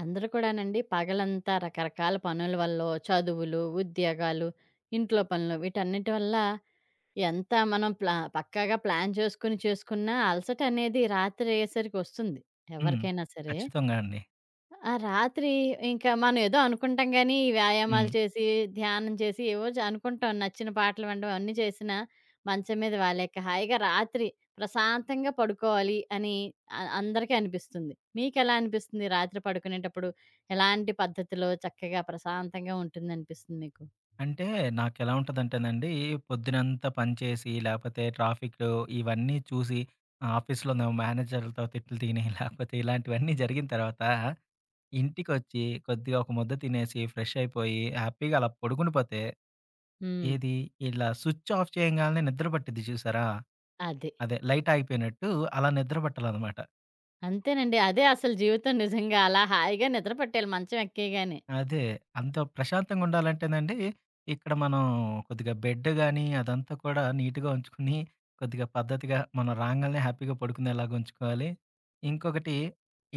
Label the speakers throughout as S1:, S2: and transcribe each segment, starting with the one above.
S1: అందరూ కూడానండి పగలంతా రకరకాల పనుల వల్లో, చదువులు, ఉద్యోగాలు, ఇంట్లో పనులు వీటన్నిటి వల్ల ఎంత మనం పక్కాగా ప్లాన్ చేసుకొని చేసుకున్నా అలసటనేది రాత్రి అయ్యేసరికి వస్తుంది
S2: హ్మ్.
S1: ఎవరికైనా సరే.
S2: ఖచ్చితంగా అండి.
S1: ఆ! రాత్రి ఇంకా మనం ఏదో అనుకుంటాం గానీ, ఈ
S2: హ్మ్.
S1: వ్యాయామాలు చేసి, ధ్యానం చేసి ఏవో అనుకుంటాం. నచ్చిన పాటలు వినడం అన్నీ చేసినా, మంచం మీద వాలాక హాయిగా రాత్రి ప్రశాంతంగా పడుకోవాలి అని అందరికీ అనిపిస్తుంది. మీకెలా అనిపిస్తుంది? రాత్రి పడుకునేటప్పుడు ఎలాంటి పద్ధతిలో చక్కగా ప్రశాంతంగా ఉంటుందనిపిస్తుంది మీకు?
S2: అంటే నాకెలా ఉంటదంటేనండి, పొద్దునంతా పని చేసి, లేపోతే ట్రాఫిక్‌లో ఇవన్నీ చూసి, ఆఫీస్‌లోనో మేనేజర్లతో తిట్లు తిని, లేపోతే ఇలాంటివన్నీ జరిగిన తర్వాత, ఇంటికొచ్చి కొద్దిగా ఒక ముద్ద తినేసి, ఫ్రెష్ అయిపోయి, హ్యాపీగా అలా పడుకుండిపోతే,
S1: హ్మ్.
S2: ఏది ఇలా స్విచ్ ఆఫ్ చేయంగాల్నే నిద్ర పట్టిద్ది చూసారా?
S1: అది.
S2: అదే లైట్ ఆగిపోయినట్టు అలా నిద్ర పట్టాలనమాట.
S1: అంతేనండి. అదే అసలు జీవితం నిజంగా. అలా హాయిగా నిద్ర పట్టేయాలి మంచం ఎక్కేయగానే.
S2: అదే. అంత ప్రశాంతంగుండాలంటేనండి, ఇక్కడ మనం కొద్దిగా బెడ్ గానీ, అదంతా కూడా నీట్‌గా ఉంచుకొని, కొద్దిగా పద్ధతిగా మనం రాంగాల్నే హ్యాపీగా పడుకునేలాగా ఉంచుకోవాలి. ఇంకొకటి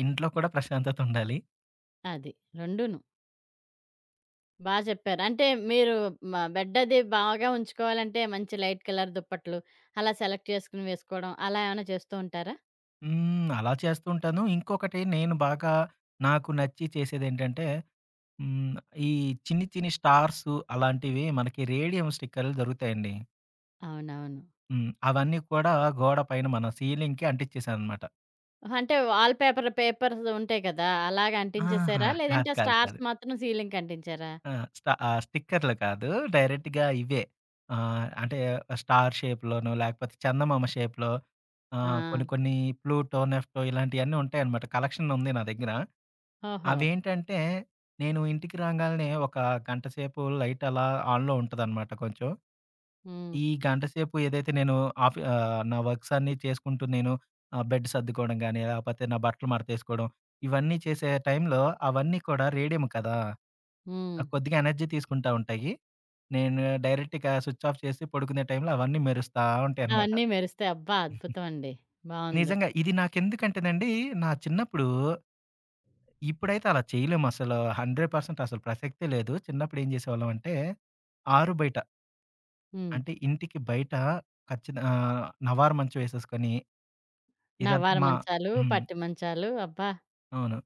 S2: ఇంట్లో కూడా ప్రశాంతతుండాలి.
S1: అది. రెండూను. బా చెప్పారు. అంటే మీరు బెడ్ అది బాగా ఉంచుకోవాలంటే మంచి లైట్ కలర్ దుప్పట్లు అలా సెలెక్ట్ చేసుకొని వేసుకోవడం అలా ఏమైనా చేస్తూ ఉంటారా?
S2: అలా చేస్తూ ఉంటాను. ఇంకొకటి నేను బాగా నాకు నచ్చి చేసేదేంటంటే, హ్మ్. ఈ చిన్ని, చిన్ని స్టార్సు అలాంటివి మనకి రేడియం స్టిక్కర్లు దొరుకుతాయండి.
S1: అవునవును.
S2: అవన్నీ కూడా గోడ పైన మన సీలింగ్‌కి అంటిచ్చేసాననమాట.
S1: అంటే వాల్ పేపర్స్ ఉంటాయి కదా! అలాగ
S2: ఆహా!
S1: అంటించేసారా?
S2: కాదు.
S1: లేదంటే ఆ
S2: కాదు.
S1: స్టార్స్
S2: కాదు.
S1: మాత్రం సీలింగ్‌కి అంటించారా?
S2: ఆ! స్టిక్కర్‌లు కాదు. డైరెక్ట్‌గా ఇవే. అంటే స్టార్ షేప్‌లోనో, లేకపోతే చందమామ షేప్‌లో
S1: ఆ!
S2: కొన్ని కొన్ని ప్లూటో, నెఫ్టో ఇలాంటియన్నీ ఉంటాయన్నమాట. కలెక్షన్ ఉంది నా దగ్గర.
S1: ఓహో!
S2: అవేంటంటే, నేను ఇంటికి రాగాల్నే ఒక గంట సేపు లైట్ అలా ఆన్‌లో ఉంటదన్నమాట కొంచెం.
S1: హ్మ్.
S2: ఈ గంట సేపు ఏదైతే నేను నా వర్క్స్ అన్నీ చేసుకుంటూ నేను బెడ్ సర్దుకోవడం గాని, లేకపోతే నా బట్టలు మడతేసుకోవడం, ఇవన్నీ చేసే టైంలో అవన్నీ కూడా రేడియం కదా!
S1: హ్మ్.
S2: కొద్దిగా ఎనర్జీ తీసుకుంటా ఉంటాయి. నేను డైరెక్ట్ ఇక స్విచ్ ఆఫ్ చేసి పడుకునే టైంలో అవన్నీ మెరుస్తా ఉంటాయనమాట.
S1: అవన్నీ మెరుస్తాయి. అబ్బా! అద్భుతం అండి. బావుంది.
S2: నిజంగా ఇది నాకెందుకంటేనండి, నా చిన్నప్పుడు ఇప్పుడైతే అలా చేయలేము అసలు. 100% అసలు ప్రసక్తే లేదు. చిన్నప్పుడు ఏం చేసేవాళ్ళం అంటే, ఆరు బయట
S1: హ్మ్.
S2: అంటే ఇంటికి బయట నవారు మంచం ఏసేసుకొని ఇదంతా
S1: నవ్వారు
S2: మా
S1: మంచాలు,
S2: హ్మ్.
S1: పట్టు మంచాలు అబ్బా!
S2: అవును.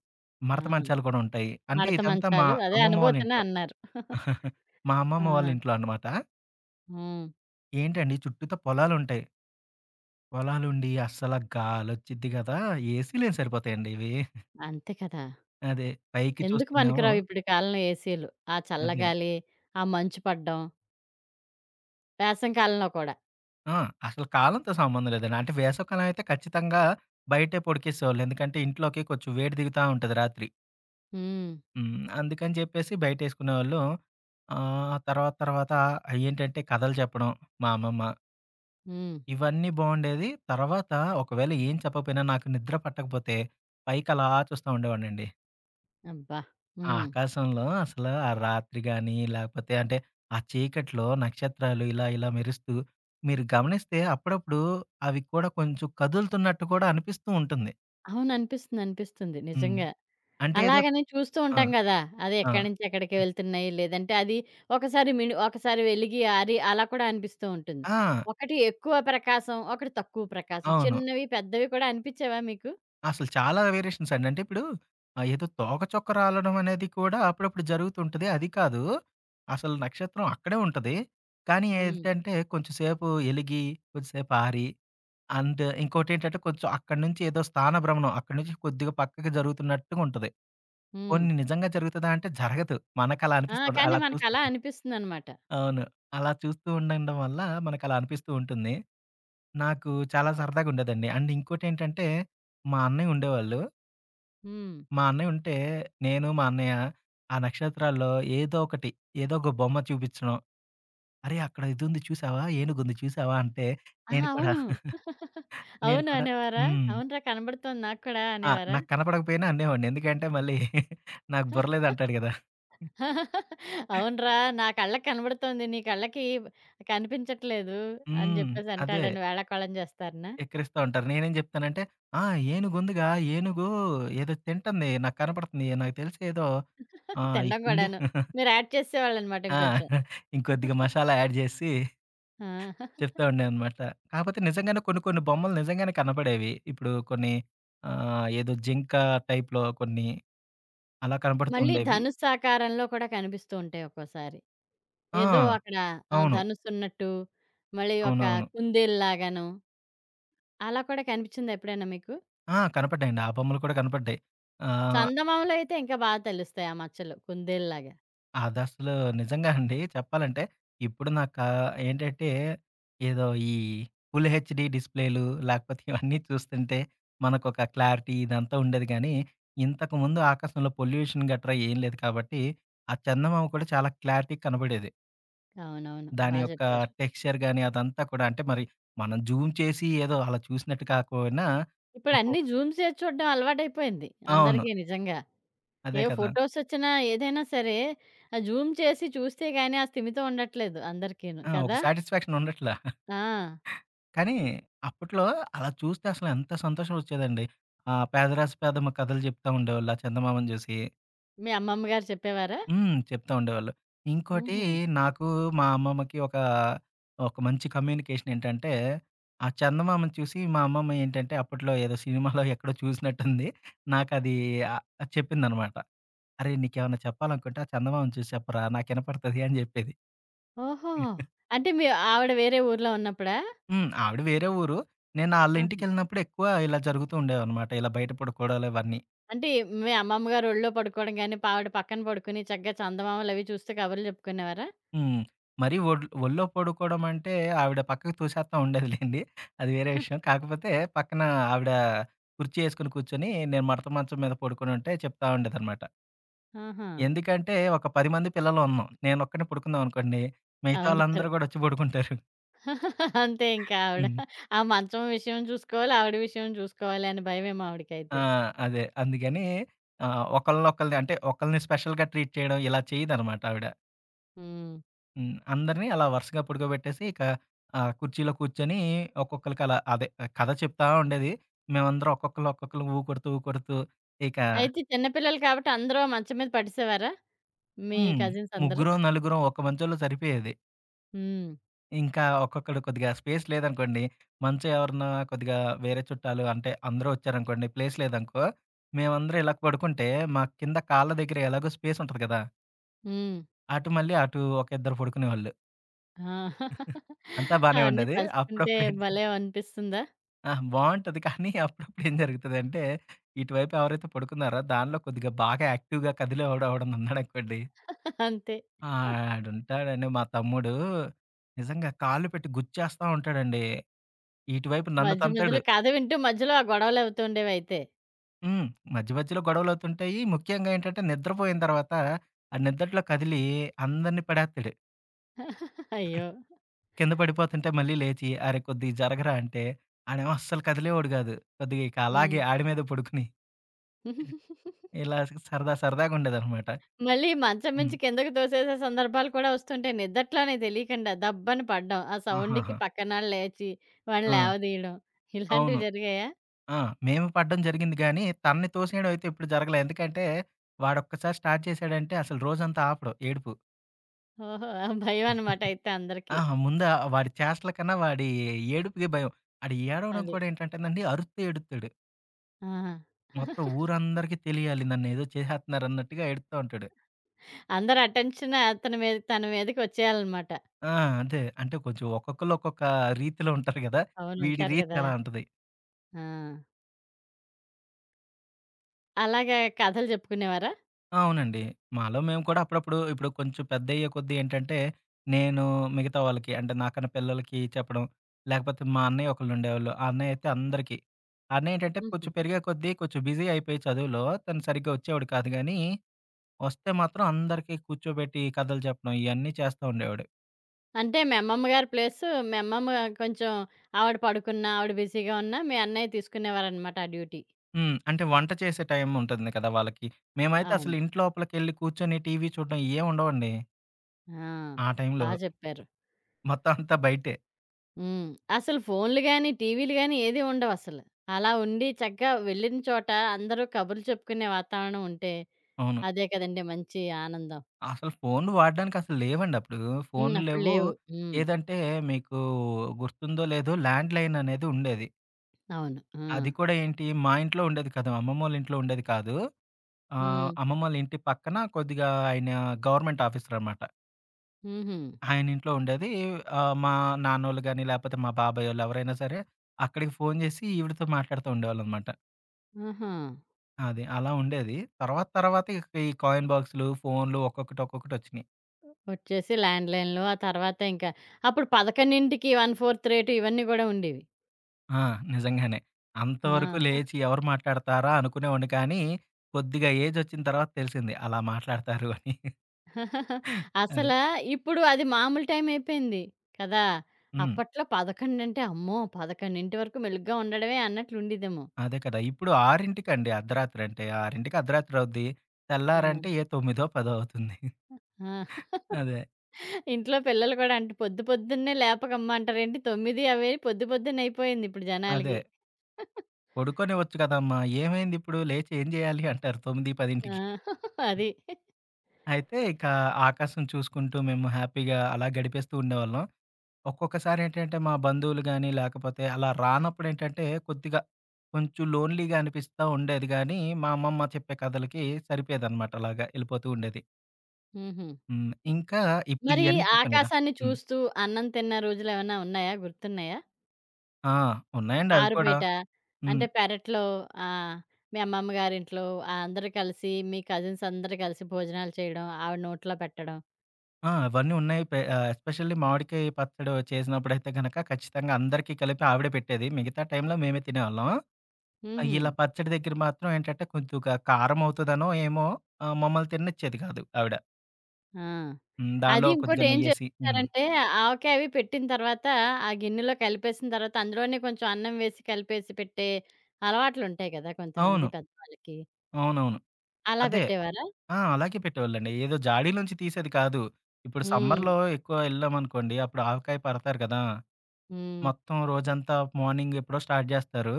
S1: ఆ!
S2: మడత మంచాలు కూడా ఉంటాయి. అంటే
S1: మడత
S2: ఇదంతా మా
S1: మంచాలు అదే
S2: అమ్మమ్మ వాళ్ళ
S1: అనుభూతినే
S2: ఇంట్లో.
S1: అన్నారు.
S2: మా
S1: ఆ!
S2: అమ్మమ్మ వాళ్ళ ఇంట్లో అనమాట.
S1: హ్మ్.
S2: ఏంటండి చుట్టూతా పొలాలుంటాయి. పొలాలుండి అస్సల గాలొచ్చిద్ది గదా! ఏసీలేం సరిపోతాయండి ఇవి.
S1: అంతే కదా!
S2: అదే పైకి
S1: ఎందుకు
S2: చూస్తేనేమో
S1: పనికిరావు ఇప్పుడు కాలంలో ఏసీలు. ఆ
S2: అదే.
S1: చల్లగాలి, ఆ మంచు పడ్డం, వేసవి కాలంలో కూడా.
S2: ఆ! అసలు కాలంతో సంబంధం లేదండి. అంటే వేసవికాలం అయితే ఖచ్చితంగా బయటే పొడికేసేవాళ్ళు. ఎందుకంటే ఇంట్లోకి కొంచెం వేడి దిగుతా ఉంటది రాత్రి.
S1: హ్మ్.
S2: అందుకని చెప్పేసి బయటేసుకునేవాళ్ళు. తర్వాత తర్వాత ఏంటంటే కథలు చెప్పడం మా అమ్మమ్మ.
S1: హ్మ్.
S2: ఇవన్నీ బావుండేది. తర్వాత ఒకవేళ ఏం చెప్పకపోయినా నాకు నిద్ర పట్టకపోతే పైకి అలా చూస్తా ఉండేవాడినండి.
S1: అబ్బా!
S2: ఆ
S1: హ్మ్.
S2: ఆకాశంలో అసల ఆ రాత్రి గాని, లేకపోతే అంటే ఆ చీకట్లో నక్షత్రాలు ఇలా, ఇలా మెరుస్తూ మీరు గమనిస్తే అప్పుడప్పుడు అవి కూడా కొంచెం కదులుతున్నట్టు కూడా అనిపిస్తూ ఉంటుంది.
S1: అవును. అనిపిస్తుంది. అనిపిస్తుంది.
S2: హ్మ్.
S1: నిజంగా.
S2: అంటే ఏదో
S1: అలాగని చూస్తూ
S2: ఆ!
S1: ఉంటాం గదా! అది
S2: ఆ!
S1: ఎక్కడి నుంచి ఎక్కడికి వెళ్తున్నాయి, లేదంటే అది ఒకసారి వెలిగి, ఆరి అలా కూడా అనిపిస్తూ ఉంటుంది.
S2: ఆ!
S1: ఒకటి ఎక్కువ ప్రకాశం, ఒకటి తక్కువ ప్రకాశం.
S2: అవును.
S1: చిన్నవి, పెద్దవి కూడా అనిపించేవా మీకు?
S2: అసలు చాలా వేరియేషన్స్ అండి. అంటే ఇప్పుడు ఏదో తోక చుక్క రాలడం అనేది కూడా అప్పుడప్పుడు జరుగుతుంటది. అది కాదు. అసలు నక్షత్రం అక్కడే ఉంటది. కానీ
S1: హ్మ్.
S2: ఏంటంటే కొంచెం సేపు ఎలిగి, కొంచెంసేపు ఆరి అండ్ ఇంకోటేంటంటే కొంచెం అక్కడి నుంచి ఏదో స్థాన భ్రమణం అక్కడి నుంచి కొద్దిగా పక్కకి జరుగుతున్నట్టుగా ఉంటది.
S1: హ్మ్.
S2: పోనీ నిజంగా జరుగుతదా అంటే జరగదు. మనకలా
S1: ఆ!
S2: అనిపిస్తుంది.
S1: కానీ
S2: అలా చూస్తూ
S1: మనకలా అనిపిస్తుందనమాట.
S2: అవును. అలా చూస్తూ ఉండడం వల్ల మనకలా అనిపిస్తూ ఉంటుంది. నాకు చాలా సరదాగుండేదండి. అండ్ ఇంకోటేంటంటే మా అన్నయ్య ఉండేవాళ్ళు
S1: హ్మ్.
S2: మా అన్నయ్య ఉంటే, నేను మా అన్నయ్య ఆ నక్షత్రాల్లో ఏదో ఒకటి, ఏదో ఒక బొమ్మ చూపించడం. "అరే! అక్కడ ఇదుంది చూసావా? ఏనుగుంది చూసావా?" అంటే
S1: ఆ!
S2: నేను కూడా
S1: అవును.
S2: నేను
S1: అవును
S2: కూడా
S1: అనేవారా?
S2: హ్మ్.
S1: అవునురా కనబడుతోంది నాకు కూడా
S2: ఆ!
S1: అనేవారా?
S2: నాకు కనపడకపోయినా అనేవాడిని. ఎందుకంటే మళ్ళీ నాకు బుర్ర లేదంటాడు కదా!
S1: అవునురా నా కళ్ళకి కనబడుతోంది. నీ కళ్ళకి కనిపించట్లేదు అని
S2: హ్మ్.
S1: జెప్పేసి
S2: అదే
S1: అంటాడని వేళాకోళం జేస్తారనా?
S2: ఎక్కిరిస్తా ఉంటారు. నేనేం చెప్తానంటే, "ఆ! ఏనుగుందిగా, ఏనుగు ఏదో తింటుంది. నాకు కనపడుతుంది. నాకు తెలిసి ఏదో ఈ
S1: తినడం
S2: కుందేలు"
S1: గూడాను. మీరు యాడ్ చేసేవాళ్ళనమాట
S2: ఆ!
S1: ఇంకొంచెం.
S2: ఇంకొద్దిగా మసాలా యాడ్ చేసి
S1: ఆ!
S2: చెప్తా ఉండేదనమాట. కాపోతే నిజంగానే కొన్ని కొన్ని బొమ్మలు నిజంగానే కనపడేవి. ఇప్పుడు కొన్ని ఏదో జింక టైప్‌లో కొన్ని అలా కనపడుతూ
S1: మళ్ళీ
S2: ఉండేవి.
S1: ధనుస్సు ఆకారంలో కూడా కనిపిస్తూ ఉంటాయి ఒక్కోసారి.
S2: ఆ!
S1: ఏదో అక్కడ ఆహ్,
S2: అవును.
S1: ధనుసున్నట్టు మళ్ళీ ఒక
S2: అవునవును.
S1: కుందేలులాగాను అలా కూడా కనిపించిందా ఎప్పుడైనా మీకు?
S2: ఆ! కనపడ్డాయండి. ఆ బొమ్మలు కూడా కనపడ్డాయి. ఆహ్,
S1: చందమామలో అయితే ఇంకా బాగా తెలుస్తాయి ఆ మచ్చలు కుందేలులాగా.
S2: అదసలు నిజంగా అండి చెప్పాలంటే, ఇప్పుడు నాకా ఏంటంటే, ఏదో ఈ ఫుల్ హెచ్‌డీ డిస్‌ప్లేలు లేకపోతే ఇవన్నీ చూస్తుంటే, మనకొక క్లారిటీ ఇదంతా ఉండేది గానీ, ఇంతకుముందు ఆకాశంలో పొల్యూషన్ గట్రా ఏం లేదు కాబట్టి, ఆ చందమామ కూడా చాలా క్లారిటీగా కనబడేది.
S1: అవునవును.
S2: దాని
S1: బా
S2: యొక్క
S1: జెప్పారు.
S2: టెక్స్చర్ గాని అదంతా కూడా అంటే, మరి మనం జూమ్ చేసి ఏదో అలా చూసినట్టు కాకపోయినా, ఒక
S1: ఇప్పుడన్నీ జూమ్ చేసి చూడడం అలవాటైపోయింది
S2: అవును.
S1: అందరికీ నిజంగా.
S2: అదే
S1: ఏ
S2: కదా!
S1: ఫోటోసొచ్చినా, ఏదైనా సరే ఆ జూమ్ చేసి చూస్తే గానీ ఆ స్థిమితం ఉండట్లేదు అందరికీను.
S2: ఆ! ఒక
S1: కదా!
S2: సాటిస్ఫాక్షన్ ఉండట్లా.
S1: ఆ!
S2: కానీ అప్పట్లో అలా చూస్తే అసలు ఎంత సంతోషం వచ్చేదండి. ఆ! పేదరాసి పేదమ్మ కథలు చెప్తా ఉండేవాళ్ళు. ఆ చందమామను చూసి.
S1: మీ అమ్మమ్మ గారు చెప్పేవారా?
S2: చెప్తా ఉండేవాళ్ళు. ఇంకోటి
S1: హుహు.
S2: నాకు మా అమ్మమ్మకి ఒక, ఒక మంచి కమ్యూనికేషన్ ఏంటంటే, ఆ చందమామను చూసి మా అమ్మమ్మ ఏంటంటే అప్పట్లో ఏదో సినిమాలో ఎక్కడో చూసినట్టుంది. నాకది ఆహ్, చెప్పిందనమాట. "అరేయ్! నీకేమన్నా చెప్పాలనుకుంటే ఆ చందమామను చూసి చెప్పరా! నాకు వినపడతది" అని చెప్పేది.
S1: ఓహో! అంటే మీ ఆవిడ వేరే ఊర్లో ఉన్నప్పుడా?
S2: ఆవిడ వేరే ఊరు. నేను
S1: ఆహా!
S2: ఆళ్ళింటికెళ్ళినప్పుడు ఎక్కువ ఇలా జరుగుతూ ఉండేవనమాట. ఇలా బయట పడుకోవడాలు ఇవన్నీ.
S1: అంటే మీ అమ్మమ్మ గారు ఒళ్ళో పడుకోవడం గానీ, ఆవిడ పక్కన పడుకుని చక్కగా చందమామలవి చూస్తూ కబుర్లు చెప్పుకునేవారా?
S2: హ్మ్. మరీ ఒళ్ళో పడుకోవడం అంటే ఆవిడ పక్కకు తోసేస్తా ఉండేదిలెండి. అది వేరే విషయం. కాకపోతే పక్కన ఆవిడ కుర్చీ ఏసుకొని కూర్చొని, నేను మడత మంచం మీద పడుకొనుంటే చెప్తా ఉండేదనమాట.
S1: ఆహా!
S2: ఎందుకంటే ఒక 10 మంది పిల్లలున్నాం. నేనొక్కడినే పడుకున్నాననుకోండి, మిగతా
S1: అవును.
S2: వాళ్ళందరూ గూడా వచ్చి పడుకుంటారు.
S1: అంతే ఇంకా ఆవిడ.
S2: హ్మ్.
S1: ఆ మంచం విషయం చూసుకోవాలి, ఆవిడ విషయం చూసుకోవాలి అని భయమేమో ఆవిడకైతే.
S2: ఆ! అదే. అందుకని ఒకళ్ళనొకళ్ళని అంటే ఒకళ్ళని స్పెషల్‌గా ట్రీట్ చేయడం ఇలా చేయదనమాట ఆవిడ.
S1: హ్మ్.
S2: అందరిని అలా వరుసగా పడుకోబెట్టేసి ఇక కుర్చీలో కూర్చొని ఒక్కొక్కళ్ళకి అలా అదే ఆ, కథ చెప్తా ఉండేది. మేమందరం ఒక్కొక్కళ్ళు, ఒక్కొక్కళ్ళు ఊకొడుతూ, ఊకొడుతూ ఇక
S1: అయితే చిన్న పిల్లలు కాబట్టి అందరూ మంచం మీద పడేసేవారా? మీ
S2: హ్మ్.
S1: కజిన్స్ అందరూ?
S2: ముగ్గురో, నలుగురో ఒక మంచంలో సరిపోయేది.
S1: హ్మ్.
S2: ఇంకా ఒక్కొక్కడు కొద్దిగా స్పేస్ లేదనుకోండి, మంచం ఎవరన్నా కొద్దిగా వేరే చుట్టాలు అంటే అందరూ వచ్చారనుకోండి, ప్లేస్ లేదనుకో, మేమందరం ఇలా పడుకుంటే మా కింద కాళ్ళ దగ్గర ఎలాగో స్పేస్ ఉంటది కదా!
S1: హ్మ్.
S2: అటు మళ్ళీ అటు ఒక ఇద్దరు పడుకునేవాళ్ళు.
S1: ఆ!
S2: అంతా బానే
S1: అవన్నీ
S2: ఉండేది.
S1: తలుచుకుంటే
S2: అప్పుడప్పుడు ఏంటంటే
S1: భలే అనిపిస్తుందా?
S2: ఆ! బావుంటది. కానీ అప్పుడప్పుడు ఏం జరుగుతదంటే, ఇటువైపు ఎవరైతే పడుకున్నారో దానిలో కొద్దిగా బాగా యాక్టివ్‌గా కదిలేవాడు ఎవడన్నా ఉన్నాడనుకోండి.
S1: అంతే.
S2: ఆ! ఆడుంటాడండి మా తమ్ముడు. నిజంగా కాళ్ళు పెట్టి గుచ్చేస్తా ఉంటాడండి. ఇటువైపు నన్ను
S1: మధ్య
S2: తంతాడు.
S1: మధ్యలో కథ వింటూ మధ్యలో ఆ గొడవలవుతూ ఉండేవయితే.
S2: హ్మ్. మధ్య మధ్యలో గొడవలవుతుంటాయి. ముఖ్యంగా ఏంటంటే నిద్రపోయిన తర్వాత ఆ నిద్దట్లో కదిలి అందరిని పడేత్తాడు.
S1: అయ్యో!
S2: కింద పడిపోతుంటే మళ్ళీ లేచి "అరే! కొద్దిగా జరగరా" అంటే ఆడేమో అస్సలు కదిలేవాడు కాదు. కొద్దిగా ఇక
S1: హ్మ్.
S2: అలాగే ఆడి మీద పడుకుని ఇలా సరదా సరదాగా ఉండేదనమాట.
S1: మళ్ళీ మంచం
S2: హ్మ్.
S1: మించి కిందకి తోసేసే సందర్భాలు కూడా వస్తుంటాయి. నిద్దట్లోనే తెలియకుండా దబ్బని పడ్డం. ఆ సౌండ్‌కి
S2: ఆహాహా!
S1: పక్కనాళ్ళు లేచి వాడిని
S2: ఆ!
S1: లేవదీయడం.
S2: అవును.
S1: ఇలాంటివి జరిగాయా?
S2: ఆ! మేము పడడం జరిగింది గానీ, తనని తోసేయడం అయితే ఎప్పుడు జరగలే. ఎందుకంటే, వాడొక్కసారి స్టార్ట్ చేశాడంటే అసలు రోజంతా ఆపడు ఏడుపు.
S1: ఓహో! ఆ భయమనమాట అయితే అందరికి.
S2: అహా! ముందు ఆ వాడి చేష్టల కన్నా వాడి ఏడుపుకే భయం. ఆడు ఏడవడం
S1: అది.
S2: కూడా ఏంటంటేనండి అరుస్తూ ఏడుత్తాడు.
S1: ఆహా!
S2: మొత్తం ఊరందరికీ తెలియాలి నన్నేదో చేసేత్తన్నారన్నట్టుగా ఏడుత్తా ఉంటాడు.
S1: అందరి అటెన్షన్ అతని మీద తన మీదకొచ్చేయాలనమాట.
S2: ఆ! అదే. అంటే కొంచెం ఒక్కొక్కళ్ళు ఒక్కొక్క రీతిలో ఉంటారు గదా!
S1: అవును.
S2: వీడి
S1: ఉంటారు
S2: రీతి
S1: గదా!
S2: అలా ఉంటది.
S1: ఆ! అలాగా కథలు చెప్పుకునేవారా?
S2: అవునండి. మాలో మేము కూడా అప్పుడప్పుడు ఇప్పుడు కొంచెం పెద్దయ్యే కొద్దీ ఏంటంటే, నేను మిగతా వాళ్ళకి అంటే నాకన్నా పిల్లలకి చెప్పడం, లేకపోతే మా అన్నయ్య ఒకళ్ళుండేవాళ్ళు. ఆ అన్నయ్య అయితే అందరికీ. ఆ అన్నయ్య ఏంటంటే
S1: హుహు.
S2: కొంచెం పెరిగే కొద్దీ కొంచెం బిజీ అయిపోయి చదువులో తను సరిగ్గా వచ్చేవాడు కాదు గానీ, వస్తే మాత్రం అందరికీ కూర్చోబెట్టి కథలు చెప్పడం ఇయన్నీ చేస్తా ఉండేవాడు.
S1: అంటే మీ అమ్మమ్మ గారి ప్లేసు మీ అమ్మమ్మ కొంచెం ఆవిడ పడుకున్నా, ఆవిడ బిజీగా ఉన్నా మీ అన్నయ్య తీసుకునేవారనమాట ఆ డ్యూటీ.
S2: అంటే వంట చేసే టైం ఉంటుంది కదా వాళ్ళకి. మేమైతే అసలు
S1: అవును.
S2: ఇంటి లోపలికెళ్ళి కూర్చొని టీవీ చూడడం ఇయేం ఉండవండి.
S1: ఆ!
S2: ఆ
S1: బా
S2: టైంలో.
S1: చెప్పారు.
S2: మొత్తం అంతా బయటే.
S1: హ్మ్. అసలు ఫోన్‌లు గాని, టీవీలు గాని ఏది ఉండవసలు. అలా ఉండి చక్కగా వెళ్ళిన చోట అందరూ కబుర్లు చెప్పుకునే వాతావరణం ఉంటే
S2: అవును.
S1: అదే కదండీ మంచి ఆనందం.
S2: అసలు ఫోన్లు వాడడానికసలు లేవండి అప్పుడు.
S1: హ్మ్.
S2: ఫోన్లు
S1: అప్పుడు
S2: లేవు.
S1: లేవు. హ్మ్.
S2: ఏదంటే మీకు గుర్తుందో లేదో ల్యాండ్‌లైన్ అనేది ఉండేది.
S1: అవును. ఆ!
S2: అది కూడా ఏంటి మా ఇంట్లో ఉండేది కాదు. అమ్మమ్మోళ్ళ ఇంట్లో ఉండేది కాదు.
S1: హ్మ్.
S2: అమ్మమ్మోళ్ళ ఇంటి పక్కన కొద్దిగా ఆయన గవర్నమెంట్ ఆఫీసర్ అనమాట.
S1: హుహు.
S2: ఆయన ఇంట్లో ఉండేది. మా నాన్నోళ్ళు గాని, లేపోతే మా బాబాయోళ్ళు ఎవరైనా సరే అక్కడికి ఫోను జేసి ఈవిడతో మాట్లాడుతూ ఉండేవాళ్ళనమాట.
S1: ఆహా!
S2: అది అలా ఉండేది. తర్వాత తర్వాత ఇక ఈ కాయిన్ బాక్సులు, ఫోన్లు ఒక్కొక్కటి ఒక్కొక్కటొచ్చినియి.
S1: వచ్చేసి ల్యాండ్‌లైన్‌లో ఆ తర్వాత ఇంకా అప్పుడు 11కి 1/4 రేటు ఇవన్నీ గూడా ఉండేవి.
S2: ఆ! నిజంగానే. అంతవరకు
S1: ఆ!
S2: లేచి ఎవరు మాట్లాడతారా అనుకునేవాడిని కానీ, కొద్దిగా ఏజొచ్చిన తర్వాత తెలిసింది అలా మాట్లాడతారు అని. అదే.
S1: అసలా ఇప్పుడు అది మామూలు టైం అయిపోయింది కదా!
S2: హ్మ్.
S1: అప్పట్లో 11 అంటే అమ్మో! 11 వరకు మెలుగ్గా ఉండడమే అన్నట్లు ఉండేదేమో.
S2: అదే కదా! ఇప్పుడు 6:00కి అర్ధరాత్రంటే 6:00కి అర్ధరాత్రి అవుద్ది.
S1: ఆ!
S2: తెల్లారంటే ఏ 9, 10 అవుతుంది.
S1: ఆ!
S2: అదే.
S1: ఇంట్లో పిల్లలు కూడా అంట పొద్దు పొద్దున్నే లేపకమ్మా అంటారేంటి 9 అవి పొద్దు పొద్దున్న అయిపోయింది ఇప్పుడు
S2: అదే.
S1: జనాలకి.
S2: "పడుకోనివ్వచ్చు కదమ్మా! ఏమైందిప్పుడు లేచి ఏం జేయాలి?" అంటారు 9,
S1: ఆ!
S2: 10కి.
S1: అది.
S2: అయితే ఇక ఆకాశం చూసుకుంటూ మేము హ్యాపీగా అలా గడిపేస్తూ ఉండేవాళ్ళం. ఒక్కొక్కసారి ఏంటంటే, మా బంధువులు గాని, లేకపోతే అలా రానప్పుడేంటంటే, కొద్దిగా కొంచెం లోన్‌లీగా అనిపిస్తా ఉండేది గానీ, మా అమ్మమ్మ చెప్పే కథలకి సరిపోయేదనమాట అలాగా ఎళ్ళిపోతూ ఉండేది.
S1: హుహు.
S2: ఇంకా ఇప్పుడు
S1: మరి
S2: ఇయన్నీ చెప్పాను గదా!
S1: ఆకాశాన్ని
S2: హ్మ్.
S1: చూస్తూ అన్నం తిన్న రోజులేమన్నా ఉన్నాయా? గుర్తున్నాయా?
S2: ఆ! ఉన్నాయండి అవి కూడా.
S1: ఆరుబయట
S2: హ్మ్.
S1: అంటే పెరట్లో ఆహ్, మీ అమ్మమ్మ గారింట్లో ఆహ్, అందరూ కలిసి మీ కజిన్స్ అందరూ కలిసి భోజనాలు చేయడం, ఆవిడ నోట్లో పెట్టడం.
S2: ఆ! అవన్నీ ఉన్నాయి. ఎస్పెషల్లీ మామిడికాయ పచ్చడి చేసినప్పుడైతే గనక ఖచ్చితంగా అందరికీ కలిపి ఆవిడే పెట్టేది. మిగతా టైంలో మేమే తినేవాళ్ళం.
S1: హుహు.
S2: ఇలా పచ్చడి దగ్గర మాత్రం ఏంటంటే, కొద్దిగా కారం అవుతదనో ఏమో మమ్మల్ని తిననిచ్చేది కాదు ఆవిడ.
S1: ఆ!
S2: దానిలో
S1: అది ఇంకోటి
S2: కొద్దిగా
S1: ఏం
S2: నెయ్యేసి.
S1: చేస్తారంటే ఆవకాయ అవి పెట్టిన తర్వాత ఆ గిన్నెలో కలిపేసిన తర్వాత అందులోనే కొంచెం అన్నం వేసి కలిపేసి పెట్టే అలవాట్లుంటాయి కదా! కొంతమంది
S2: అవును.
S1: పెద్దవాళ్ళకి.
S2: అవునవును.
S1: అలా
S2: అదే.
S1: పెట్టేవారా?
S2: ఆ! అలాగే పెట్టేవాళ్ళండి. ఏదో జాడీ నుంచి తీసేది కాదు. ఇప్పుడు
S1: హ్మ్.
S2: సమ్మర్‌లో ఎక్కువ ఎళ్ళామనుకోండి, అప్పుడు ఆవకాయ పడతారు కదా!
S1: హ్మ్.
S2: మొత్తం రోజంతా మార్నింగ్ ఎప్పుడో స్టార్ట్ జేస్తారు.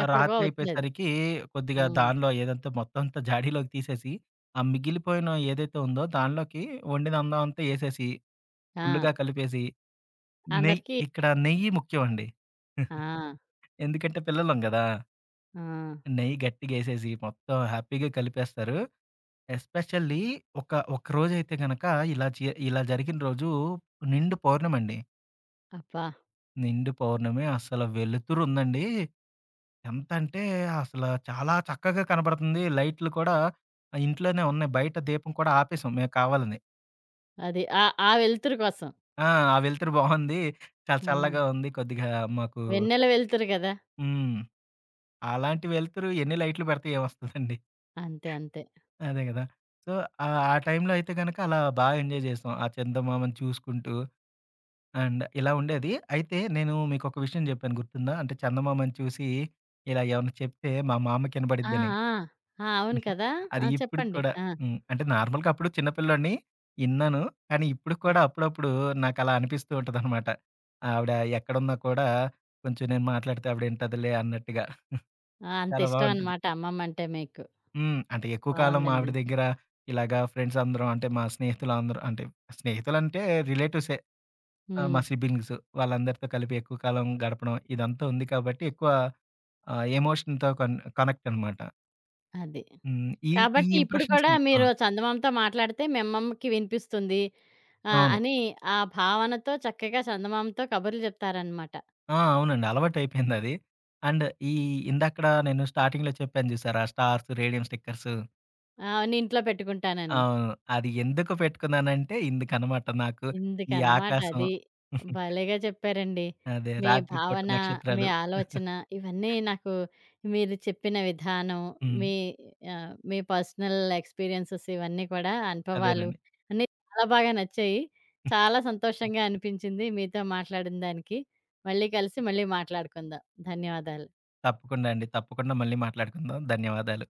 S2: ఆ
S1: ఎప్పటికో
S2: రాత్రి
S1: అవుతుందది.
S2: అయిపోయేసరికి కొద్దిగా
S1: హ్మ్.
S2: దానిలో ఏదంతా మొత్తం అంతా జాడీలోకి తీసేసి, ఆ మిగిలిపోయిన ఏదైతే ఉందో దానిలోకి వండిన అన్నం అంతా ఏసేసి,
S1: ఆ!
S2: ఫుల్లుగా కలిపేసి నెయ్యి
S1: అందరికీ
S2: ఇక్కడ నెయ్యి ముఖ్యం అండి.
S1: ఆ!
S2: ఎందుకంటే పిల్లలం గదా!
S1: ఆ!
S2: నెయ్యి గట్టిగేసేసి మొత్తం హ్యాపీగా కలిపేస్తారు. ఎస్పెషల్లీ ఒక ఒక రోజైతే గనక ఇలా జరిగిన రోజు నిండు పౌర్ణమండి.
S1: అబ్బా!
S2: నిండు పౌర్ణమి అసల వెలుతురుందండి. ఎంతంటే అసల చాలా చక్కగా కనబడుతుంది. లైట్లు కూడా ఇంట్లోనే ఉన్నాయి. బయట దీపం కూడా ఆపేసాం మేము కావాలని.
S1: అది ఆ ఆ వెలుతురు కోసం.
S2: ఆ! ఆ వెలుతురు బావుంది. చాలా
S1: హ్మ్.
S2: చల్లగా ఉంది. కొద్దిగా మాకు
S1: వెన్నెల వెలుతురు గదా!
S2: హ్మ్. అలాంటి వెలుతురు ఎన్ని లైట్లు పెడితే ఏమొస్తదండి?
S1: అంతే. అంతే.
S2: అదే గదా! సో, ఆ టైంలో అయితే గనక అలా బా ఎంజాయ్ జేసాం. ఆ చందమామను చూసుకుంటూ అండ్ ఇలా ఉండేది. అయితే నేను మీకొక విషయం జెప్పాను గుర్తుందా? అంటే చందమామను చూసి ఇలా ఏమన్నా చెప్తే మా
S1: ఆ!
S2: మామకినబడిద్దని.
S1: ఆ! ఆ! అవును కదా! ఆ!
S2: అది ఇప్పటికి
S1: చెప్పండి.
S2: కూడా
S1: ఆ!
S2: అంటే నార్మల్‌గా అప్పుడు చిన్న పిల్లోడిని ఇన్నాను. కానీ ఇప్పటికి
S1: ఆ!
S2: కూడా అప్పుడప్పుడు నాకలా అనిపిస్తూ ఉంటదనమాట. ఆవిడ ఎక్కడున్నా కూడా కొంచెం నేను మాట్లాడితే ఆవిడ ఇంటదిలే అన్నట్టుగా.
S1: ఆ! అంత
S2: చాలా
S1: ఇష్టం
S2: బావుంటది.
S1: అన్నమాట అమ్మమ్మంటే మీకు.
S2: అంటే ఎక్కువ కాలం ఆవిడ
S1: బావుందండి.
S2: దగ్గర ఇలాగా ఫ్రెండ్స్ అందరం అంటే మా స్నేహితులందరూ అంటే స్నేహితులంటే రిలేటివ్సే. మా
S1: హ్మ్.
S2: సిబ్లింగ్స్ వాళ్ళందరితో కలిపి ఎక్కువ కాలం గడపడం ఇదంతా ఉంది కాబట్టి ఎక్కువ ఎమోషన్‌తో కనెక్ట్ అనమాట.
S1: అది.
S2: ఈ ఈ
S1: కాబట్టి ఇప్పుడు
S2: ఇంప్రెషన్స్
S1: కూడా
S2: అన్ని ఆ!
S1: మీరు చందమామతో మాట్లాడితే మీ అమ్మమ్మకి వినిపిస్తుంది. ఆ!
S2: అవును.
S1: అని ఆ భావనతో చక్కగా చందమామతో కబుర్లు చెప్తారన్నమాట.
S2: ఆ! అవునండి. అలవాటయిపోయిందది. అండ్ ఈ ఇందాకడ నేను స్టార్టింగ్‌లో చెప్పాను చూసారా? Stars, radium stickers.
S1: ఆ! అని ఇంట్లో పెట్టుకుంటానని.
S2: అవును. అది ఎందుకు పెట్టుకున్నానంటే ఇందుకనమాట నాకు ఈ
S1: ఇందుకనమాట
S2: ఆకాశం
S1: అది. భలేగా చెప్పారండి.
S2: అదే
S1: మీ
S2: రాత్రి పూట
S1: భావన, మీ
S2: నక్షత్రాలు.
S1: ఆలోచన ఇవన్నీ నాకు మీరు చెప్పిన విధానం,
S2: హ్మ్.
S1: మీ ఆహ్, మీ పర్సనల్ ఎక్స్‌పీరియన్సెస్ ఇవన్నీ కూడా అనుభవాలు
S2: అదేనండి.
S1: అన్నీ చాలా బాగా నచ్చాయి. చాలా సంతోషంగా అనిపించింది మీతో మాట్లాడిన దానికి. మళ్ళీ కలిసి మళ్ళీ మాట్లాడుకుందాం. ధన్యవాదాలు.
S2: తప్పకుండా అండి. తప్పకుండా మళ్ళీ మాట్లాడుకుందాం. ధన్యవాదాలు.